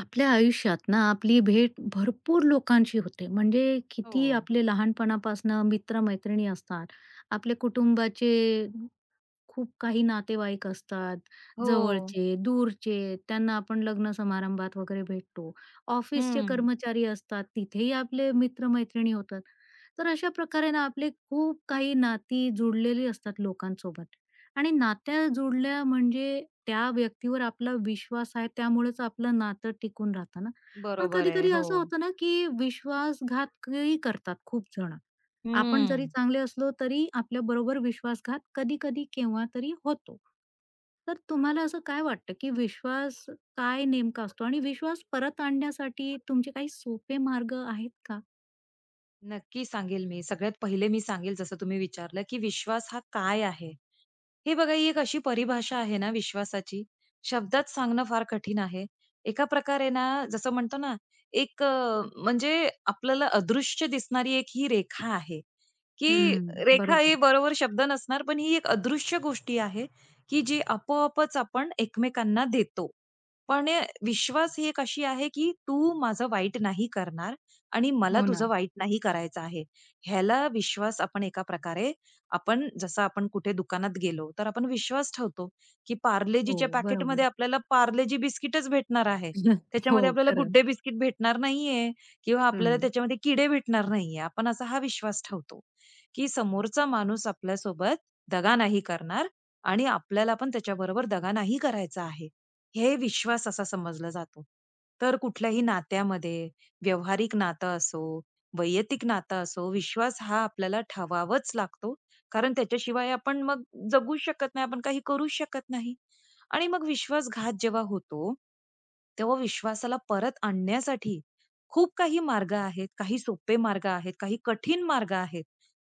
आपल्या आयुष्यात ना आपली भेट भरपूर लोकांशी होते म्हणजे हो, किती आपले लहानपणापासनं मित्रमैत्रिणी असतात. आपले कुटुंबाचे खूप काही नातेवाईक असतात, हो. जवळचे, दूरचे, त्यांना आपण लग्न समारंभात वगैरे भेटतो. ऑफिसचे हं. कर्मचारी असतात, तिथेही आपले मित्र-मैत्रिणी होतात. तर अशा प्रकारे ना आपले खूप काही नाती जुडलेली असतात लोकांसोबत आणि नात्या जुडल्या म्हणजे त्या व्यक्तीवर आपला विश्वास आहे त्यामुळेच आपलं नातं टिकून राहतं ना. पण बरोबर आहे. कधी-कधी हो. असं होतं ना, की विश्वासघातही करतात खूप जण. आपण जरी हं. चांगले असलो तरी आपल्याबरोबर विश्वासघात कधी-कधी केव्हा तरी होतो. तर तुम्हाला असं काय वाटतं, की विश्वास काय नेमका असतो आणि विश्वास परत आणण्यासाठी तुमचे काही सोपे मार्ग आहेत का? नक्की सांगेल मी. सगळ्यात पहिले मी सांगेल जसं तुम्ही विचारलं, की विश्वास हा काय आहे? हे बघा ही एक अशी परिभाषा आहे ना विश्वासाची, शब्दात सांगणं फार कठीण आहे. एका प्रकारे ना जसं म्हणतो ना, एक म्हणजे आपल्याला अदृश्य दिसणारी एक ही रेखा आहे. की हं. रेखा हे बरोबर. बरोबर शब्द नसणार, पण ही एक अदृश्य गोष्टी आहे, की जी आपोआपच आपण एकमेकांना देतो. पण विश्वास ही एक अशी आहे, की तू माझं वाईट नाही करणार आणि मला हो ना. तुझं वाईट नाही करायचं आहे. ह्याला विश्वास आपण एका प्रकारे आपण जसं आपण कुठे दुकानात गेलो, तर आपण विश्वास ठेवतो, की हो, पार्लेजीच्या पॅकेटमध्ये बरोबर. आपल्याला पार्लेजी बिस्किटच भेटणार आहे. हो, त्याच्यामध्ये आपल्याला गुड खरं. डे बिस्किट भेटणार नाहीये किंवा आपल्याला हं. त्याच्यामध्ये किडे भेटणार नाहीये. आपण असा हा विश्वास ठेवतो. की समोरचा माणूस आपल्यासोबत दगा नाही करणार आणि आपल्याला पण त्याच्याबरोबर दगा नाही करायचा आहे. हे विश्वास असा समजला जातो. तर कुठल्याही नात्यामध्ये व्यावहारिक नातं असो, वैयक्तिक नातं असो, विश्वास हा आपल्याला ठेवावाच लागतो. कारण त्याच्याशिवाय आपण मग जगू शकत नाही, आपण काही करू शकत नाही. आणि मग विश्वासघात जेव्हा होतो, तेव्हा विश्वासाला परत आणण्यासाठी खूप काही मार्ग आहेत. काही सोपे मार्ग आहेत, काही कठीण मार्ग आहेत.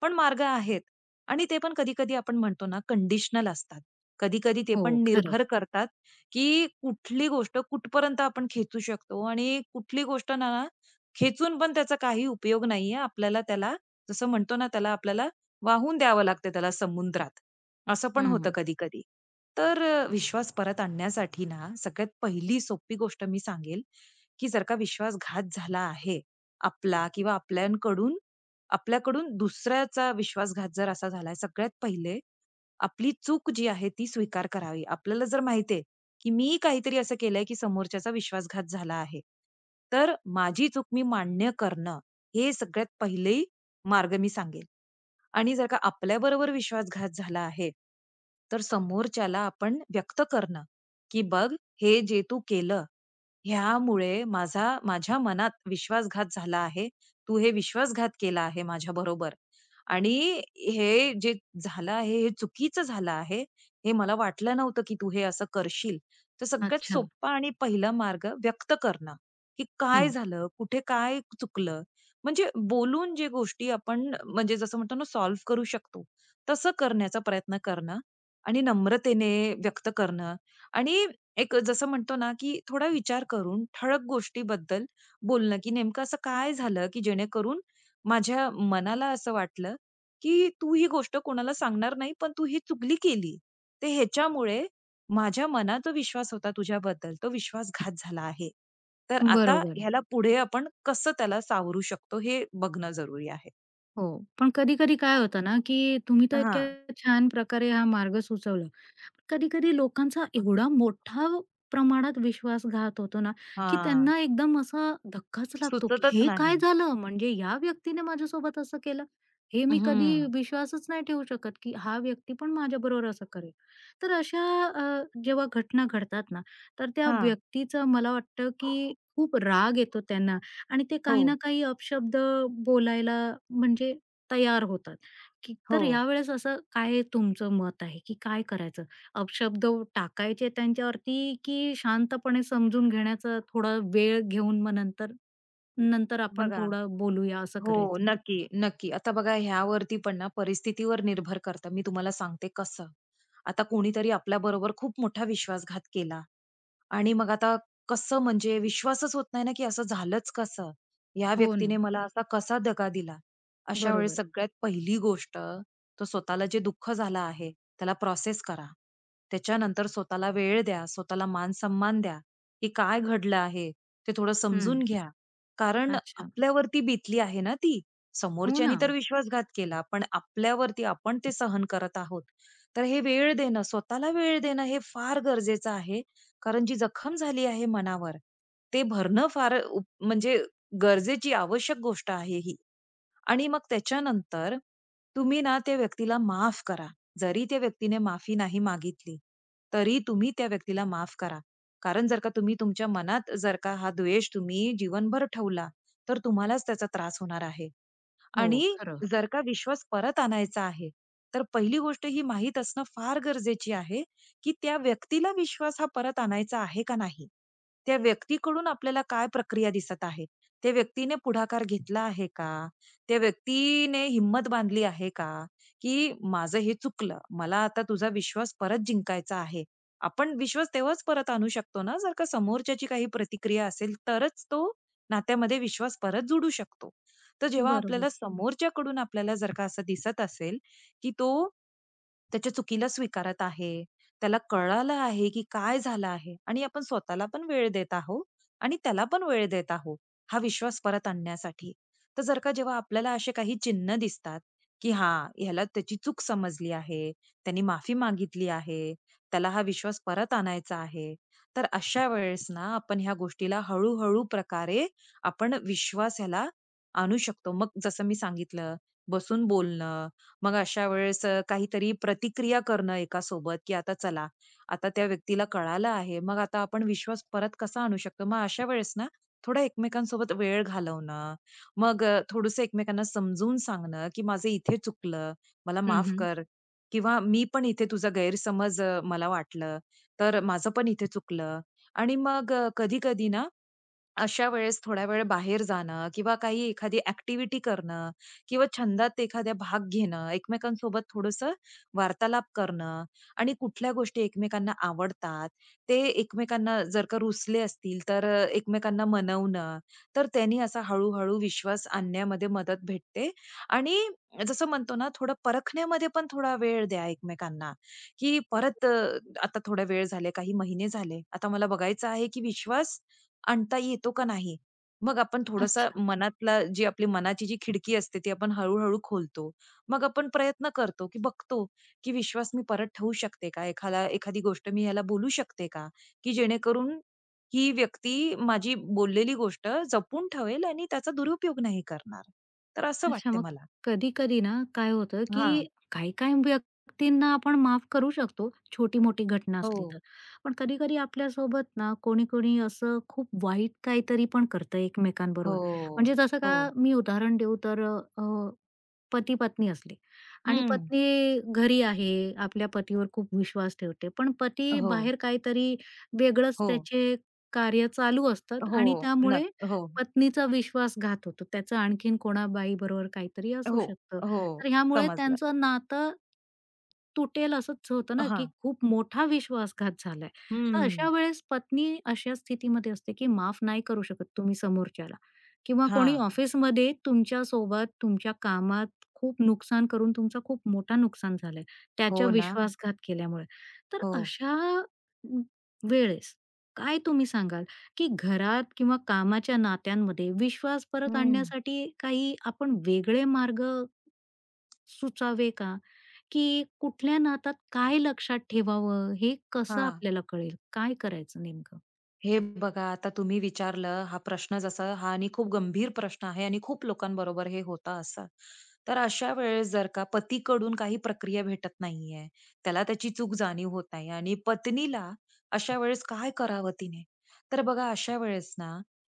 पण मार्ग आहेत आणि ते पण कधी-कधी आपण म्हणतो ना कंडिशनल असतात. कधी-कधी ते हो, पण खरं. निर्भर करतात, की कुठली गोष्ट कुठपर्यंत आपण खेचू शकतो आणि कुठली गोष्ट ना ना खेचून पण त्याचा काही उपयोग नाहीये. आपल्याला त्याला जसं म्हणतो ना त्याला आपल्याला वाहून द्यावं लागतं त्याला समुद्रात. असं पण होतं हं. कधी-कधी. तर विश्वास परत आणण्यासाठी ना सगळ्यात पहिली सोपी गोष्ट मी सांगेल, की जर का विश्वासघात झाला आहे आपला किंवा आपल्याकडून आपल्याकडून दुसऱ्याचा विश्वासघात जर असा झालाय, सगळ्यात पहिले आपली चूक जी आहे ती स्वीकार करावी. आपल्याला जर माहिती आहे, की मी काहीतरी असं केलंय, की समोरच्याचा विश्वासघात झाला आहे. तर माझी चूक मी मान्य करणं, हे सगळ्यात पहिले मार्ग मी सांगेल. आणि जर का आपल्याबरोबर विश्वासघात झाला आहे, तर समोरच्याला आपण व्यक्त करणं, की "बघ, हे जे तू केलं, ह्यामुळे माझ्या मनात विश्वासघात झाला आहे. तू हे विश्वासघात केला आहे माझ्याबरोबर आणि हे जे झालं आहे, हे चुकीचं झालं आहे. हे मला वाटलं नव्हतं, की तू हे असं करशील. तर सगळ्यात अच्छा. सोपा आणि पहिला मार्ग व्यक्त करणं, की काय हं. झालं? कुठे काय चुकलं? म्हणजे बोलून जे गोष्टी आपण म्हणजे जसं म्हणतो ना सॉल्व्ह करू शकतो, तसं करण्याचा प्रयत्न करणं आणि नम्रतेने व्यक्त करणं आणि एक जसं म्हणतो ना, की थोडा विचार करून ठळक गोष्टीबद्दल बोलणं, की नेमकं असं काय झालं, की जेणेकरून माझ्या मनाला असं वाटलं, की तू ही गोष्ट कोणाला सांगणार नाही, पण तू ही चुगली केली. तर ह्याच्यामुळे माझ्या मनात जो विश्वास होता तुझ्याबद्दल, तो विश्वासघात झाला आहे. तर आता बरोबर. ह्याला पुढे आपण कसं त्याला सावरू शकतो, हे बघणं जरुरी आहे. हो. पण कधी-कधी काय होतं ना, की तुम्ही तर हां, इतक्या छान प्रकारे हा मार्ग सुचवला. कधी-कधी लोकांचा एवढा मोठा प्रमाणात विश्वासघात होतो ना, की हां. त्यांना एकदम असा धक्काच लागतो, की सुचतच हे काय नाही. झालं? म्हणजे या व्यक्तीने माझ्यासोबत असं केलं. हे मी कधी हं. विश्वासच नाही ठेवू शकत, की हा व्यक्ती पण माझ्याबरोबर असं करेल. तर अशा जेव्हा घटना घडतात ना, तर त्या हां. व्यक्तीचं मला वाटतं, की खूप राग येतो त्यांना आणि ते हो, काही ना काही अपशब्द बोलायला म्हणजे तयार होतात. की हो. तर यावेळेस असं काय तुमचं मत आहे, की काय करायचं? अपशब्द टाकायचे त्यांच्यावरती की शांतपणे समजून घेण्याचा थोडा वेळ घेऊन मग नंतर नंतर आपण बघा थोडं बोलूया असं हो, करायचं? नक्की, नक्की. आता बघा ह्यावरती पण ना परिस्थितीवर निर्भर करतं. मी तुम्हाला सांगते कसं. आता कोणीतरी आपल्याबरोबर खूप मोठा विश्वासघात केला आणि मग आता कसं म्हणजे विश्वासच होत नाही ना, की असं झालंच कसं? या हो ना. व्यक्तीने मला असा कसा दगा दिला? अशा वेळेस बरोबर. सगळ्यात पहिली गोष्ट तो स्वतःला जे दुःख झालं आहे, त्याला प्रोसेस करा. त्याच्यानंतर स्वतःला वेळ द्या, स्वतःला मान-सन्मान द्या, की काय घडलं आहे ते थोडं हं. समजून घ्या. कारण अच्छा. आपल्यावरती बितली आहे ना ती. हो समोरच्यानी ना. तर विश्वासघात केला, पण आपल्यावरती आपण ते सहन करत आहोत. तर हे वेळ देणं, स्वतःला वेळ देणं हे फार गरजेचं आहे कारण जी जखम झाली आहे मनावर, ते भरणं फार उप म्हणजे गरजेची आवश्यक गोष्ट आहे ही. आणि मग त्याच्यानंतर तुम्ही ना त्या व्यक्तीला माफ करा. जरी त्या व्यक्तीने माफी नाही मागितली, तरी तुम्ही त्या व्यक्तीला माफ करा. कारण जर का तुम्ही तुमच्या मनात जर का हा द्वेष तुम्ही जीवनभर ठेवला, तर तुम्हालाच त्याचा त्रास होणार आहे. हो, आणि खरं. जर का विश्वास परत आणायचा आहे, तर पहिली गोष्ट ही माहीत असणं फार गरजेची आहे, की त्या व्यक्तीला विश्वास हा परत आणायचा आहे का नाही? त्या व्यक्तीकडून आपल्याला काय प्रक्रिया दिसत आहे? त्या व्यक्तीने पुढाकार घेतला आहे का? त्या व्यक्तीने हिंमत बांधली आहे का? की माझं हे चुकलं. मला आता तुझा विश्वास परत जिंकायचा आहे. आपण विश्वास तेव्हाच परत आणू शकतो ना, जर का समोरच्याची काही प्रतिक्रिया असेल, तरच तो नात्यामध्ये विश्वास परत जुडू शकतो. तर जेव्हा बरोबर. आपल्याला समोरच्याकडून आपल्याला जर का असं दिसत असेल, की तो त्याच्या चुकीला स्वीकारत आहे, त्याला कळालं आहे, की काय झालं आहे आणि आपण स्वतःला पण वेळ देत आहोत आणि त्याला पण वेळ देत आहोत, हा विश्वास परत आणण्यासाठी. तर जर का जेव्हा आपल्याला असे काही चिन्ह दिसतात, की हां, ह्याला त्याची चूक समजली आहे, त्याने माफी मागितली आहे, त्याला हा विश्वास परत आणायचा आहे. तर अशा वेळेस ना आपण ह्या गोष्टीला हळू प्रकारे आपण विश्वास ह्याला आणू शकतो. मग जसं मी सांगितलं, बसून बोलणं, मग अशा वेळेस काहीतरी प्रतिक्रिया करणं एका सोबत की आता चला, आता त्या व्यक्तीला कळालं आहे, मग आता आपण विश्वास परत कसा आणू शकतो? मग अशा वेळेस ना, थोडा एकमेकांसोबत वेळ घालवणं, मग थोडंसं एकमेकांना समजून सांगणं, की माझं इथे चुकलं, मला हं, माफ हं. कर किंवा मी पण इथे तुझा गैरसमज मला वाटलं, तर माझं पण इथे चुकलं आणि मग कधी-कधी ना अशा वेळेस थोड्या वेळ बाहेर जाणं किंवा काही एखादी ॲक्टिव्हिटी करणं किंवा छंदात एखाद्या भाग घेणं, एकमेकांसोबत थोडंसं वार्तालाप करणं आणि कुठल्या गोष्टी एकमेकांना आवडतात, ते एकमेकांना जर का रुचले असतील, तर एकमेकांना मनवणं. तर त्यांनी असा हळू विश्वास आणण्यामध्ये मदत भेटते आणि जसं म्हणतो ना, थोडं परखण्यामध्ये पण थोडा वेळ द्या एकमेकांना, की परत आता थोडा वेळ झाले, काही महिने झाले. आता मला बघायचं आहे, की विश्वास आणता येतो का नाही? मग आपण थोडासा अच्छा. मनातला जी आपली मनाची जी खिडकी असते ती आपण हळू-हळू खोलतो. मग आपण प्रयत्न करतो, की बघतो, की विश्वास मी परत ठेवू शकते का? एखादा एखादी गोष्ट मी ह्याला बोलू शकते का? की जेणेकरून ही व्यक्ती माझी बोललेली गोष्ट जपून ठेवेल आणि त्याचा दुरुपयोग नाही करणार. तर असं अच्छा, वाटते मग मला. कधी-कधी ना काय होतं, की हां. काही-काही व्यक्तींना आपण माफ करू शकतो, छोटी-मोठी घटना हो, असली तर. पण कधी-कधी आपल्यासोबत ना कोणी-कोणी असं खूप वाईट काहीतरी पण करतं एकमेकांबरोबर. हो, म्हणजे जसं का हो. मी उदाहरण देऊ तर पती-पत्नी असली आणि हं. पत्नी घरी आहे, आपल्या पतीवर खूप विश्वास ठेवते. पण पती हो, बाहेर काहीतरी वेगळंच हो, त्याचे कार्य चालू असतात हो. आणि त्यामुळे हो, पत्नीचा विश्वासघात होतो. त्याचं आणखीन कोणा बाईबरोबर काहीतरी असू हो, शकतं. हो. तर ह्यामुळे समजलं. त्यांचं नातं तुटेल असंच होतं ना, की हां. खूप मोठा विश्वासघात झालाय. तर हं. अशा वेळेस पत्नी अशा स्थितीमध्ये असते, की माफ नाही करू शकत तुम्ही समोरच्याला किंवा हा, कोणी ऑफिसमध्ये तुमच्यासोबत तुमच्या कामात खूप नुकसान करून तुमचं खूप मोठं नुकसान झालंय, हो त्याच्या ना. विश्वासघात केल्यामुळे. तर हो. अशा अ, वेळेस काय तुम्ही सांगाल, की घरात किंवा कामाच्या नात्यांमध्ये विश्वास परत हं. आणण्यासाठी काही आपण वेगळे मार्ग सुचावे का? की कुठल्या नात्यात काय लक्षात ठेवावं, हे कसं हा. आपल्याला कळेल? काय करायचं नेमकं? हे बघा, आता तुम्ही विचारलं हा प्रश्न जसा हा आणि खूप गंभीर प्रश्न आहे आणि खूप लोकांबरोबर हे होतं असं. तर अशा वेळेस जर का पतीकडून काही प्रक्रिया भेटत नाहीये, त्याला त्याची चूक जाणीव होत नाही आणि पत्नीला अशा वेळेस काय करावं तिने? तर बघा अशा वेळेस ना,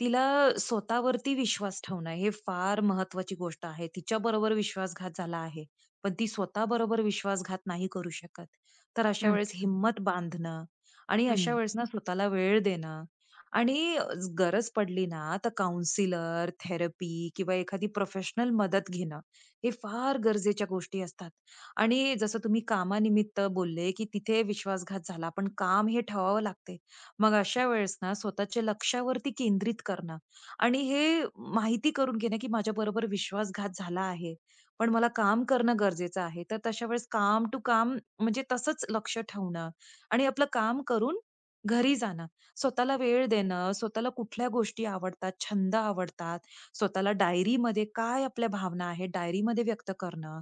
तिला स्वतःवरती विश्वास ठेवणं हे फार महत्वाची गोष्ट आहे. तिच्याबरोबर विश्वासघात झाला आहे, पण ती स्वतःबरोबर विश्वासघात नाही करू शकत. तर अशा वेळेस अच्छा. हिम्मत बांधणं आणि अशा हं. वेळेस ना स्वतःला वेळ देणं आणि गरज पडली ना तर काउन्सिलर, थेरपी किंवा एखादी प्रोफेशनल मदत घेणं, हे फार गरजेच्या गोष्टी असतात. आणि जसं तुम्ही कामानिमित्त बोलले, की तिथे विश्वासघात झाला, पण काम हे ठेवावं लागते. मग अशा वेळेस ना स्वतःच्या लक्ष्यावरती केंद्रित करणं आणि हे माहिती करून घेणं, की माझ्याबरोबर विश्वासघात झाला आहे, पण मला काम करणं गरजेचं आहे. तर तशा वेळेस काम टू काम म्हणजे तसंच लक्ष ठेवणं आणि आपलं काम करून घरी जाणं. स्वतःला वेळ देणं, स्वतःला कुठल्या गोष्टी आवडतात, छंद आवडतात, स्वतःला डायरीमध्ये काय आपल्या भावना आहेत डायरीमध्ये व्यक्त करणं.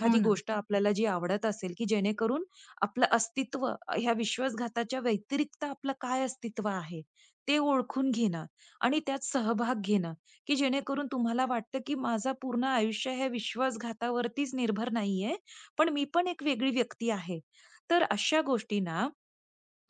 हो ना. गोष्ट आपल्याला जी आवडत असेल, की जेणेकरून आपलं अस्तित्व ह्या विश्वासघाताच्या व्यतिरिक्त आपलं काय अस्तित्व आहे, ते ओळखून घेणं आणि त्यात सहभाग घेणं, की जेणेकरून तुम्हाला वाटतं, की माझं पूर्ण आयुष्य हे विश्वासघातावरतीच निर्भर नाहीये, पण मी पण एक वेगळी व्यक्ती आहे. तर अशा गोष्टी ना,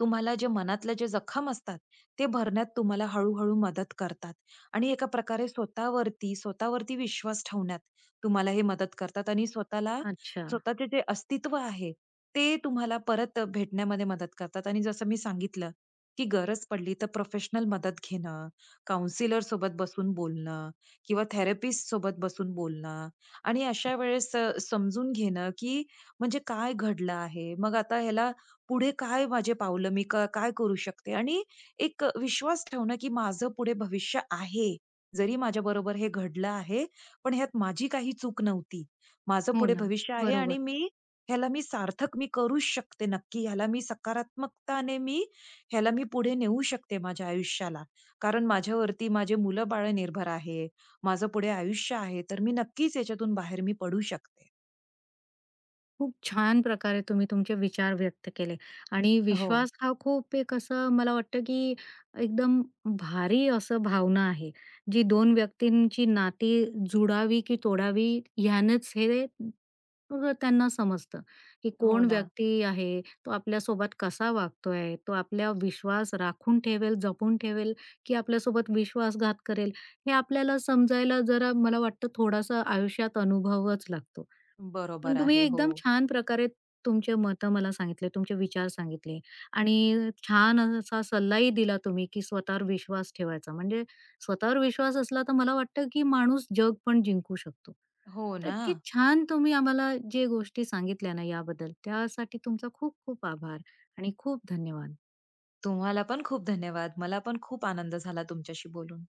तुम्हाला जे मनातल्या जे जखम असतात, ते भरण्यात तुम्हाला हळू-हळू मदत करतात आणि एका प्रकारे स्वतःवरती विश्वास ठेवण्यात तुम्हाला हे मदत करतात आणि स्वतःला अच्छा. स्वतःचे जे अस्तित्व आहे, ते तुम्हाला परत भेटण्यामध्ये मदत करतात आणि जसं मी सांगितलं, की गरज पडली तर प्रोफेशनल मदत घेणं, काउन्सिलर सोबत बसून बोलणं किंवा थेरपिस्ट सोबत बसून बोलणं आणि अशा वेळेस समजून घेणं, की म्हणजे काय घडलं आहे? मग आता ह्याला पुढे काय माझे पावलं मी काय करू शकते? आणि एक विश्वास ठेवणं, की माझं पुढे भविष्य आहे. जरी माझ्याबरोबर हे घडलं आहे, पण ह्यात माझी काही चूक नव्हती. माझं हो पुढे ना. भविष्य आहे बरोबर. आणि मी ह्याला मी सार्थक मी करूच शकते नक्की. ह्याला मी सकारात्मकताने मी ह्याला मी पुढे नेऊ शकते माझ्या आयुष्याला. कारण माझ्यावरती माझे मुलं-बाळं निर्भर आहे. माझं पुढे आयुष्य आहे. तर मी नक्कीच याच्यातून बाहेर मी पडू शकते. खूप छान प्रकारे तुम्ही तुमचे विचार व्यक्त केले आणि हो. विश्वास हा खूप एक असं मला वाटतं की एकदम भारी असं भावना आहे जी दोन व्यक्तींची नाती जुडावी की तोडावी ह्यानेच हे त्यांना समजतं की हो कोण ना. व्यक्ती आहे तो आपल्यासोबत कसा वागतोय तो आपल्या विश्वास राखून ठेवेल जपून ठेवेल की आपल्यासोबत विश्वासघात करेल हे आपल्याला समजायला जरा मला वाटतं थोडासा आयुष्यात अनुभवच लागतो. बरोबर पण तुम्ही आहे. हो. एकदम छान प्रकारे तुमचे मतं मला सांगितले, तुमचे विचार सांगितले आणि छान असा सल्लाही दिला तुम्ही, की स्वतःवर विश्वास ठेवायचा. म्हणजे स्वतःवर विश्वास असला तर मला वाटतं, की माणूस जग पण जिंकू शकतो. हो तर ना. इतकी छान तुम्ही आम्हाला जे गोष्टी सांगितल्या ना याबद्दल, त्यासाठी तुमचा खूप खूप आभार आणि खूप धन्यवाद. तुम्हाला पण खूप धन्यवाद. मला पण खूप आनंद झाला तुमच्याशी बोलून.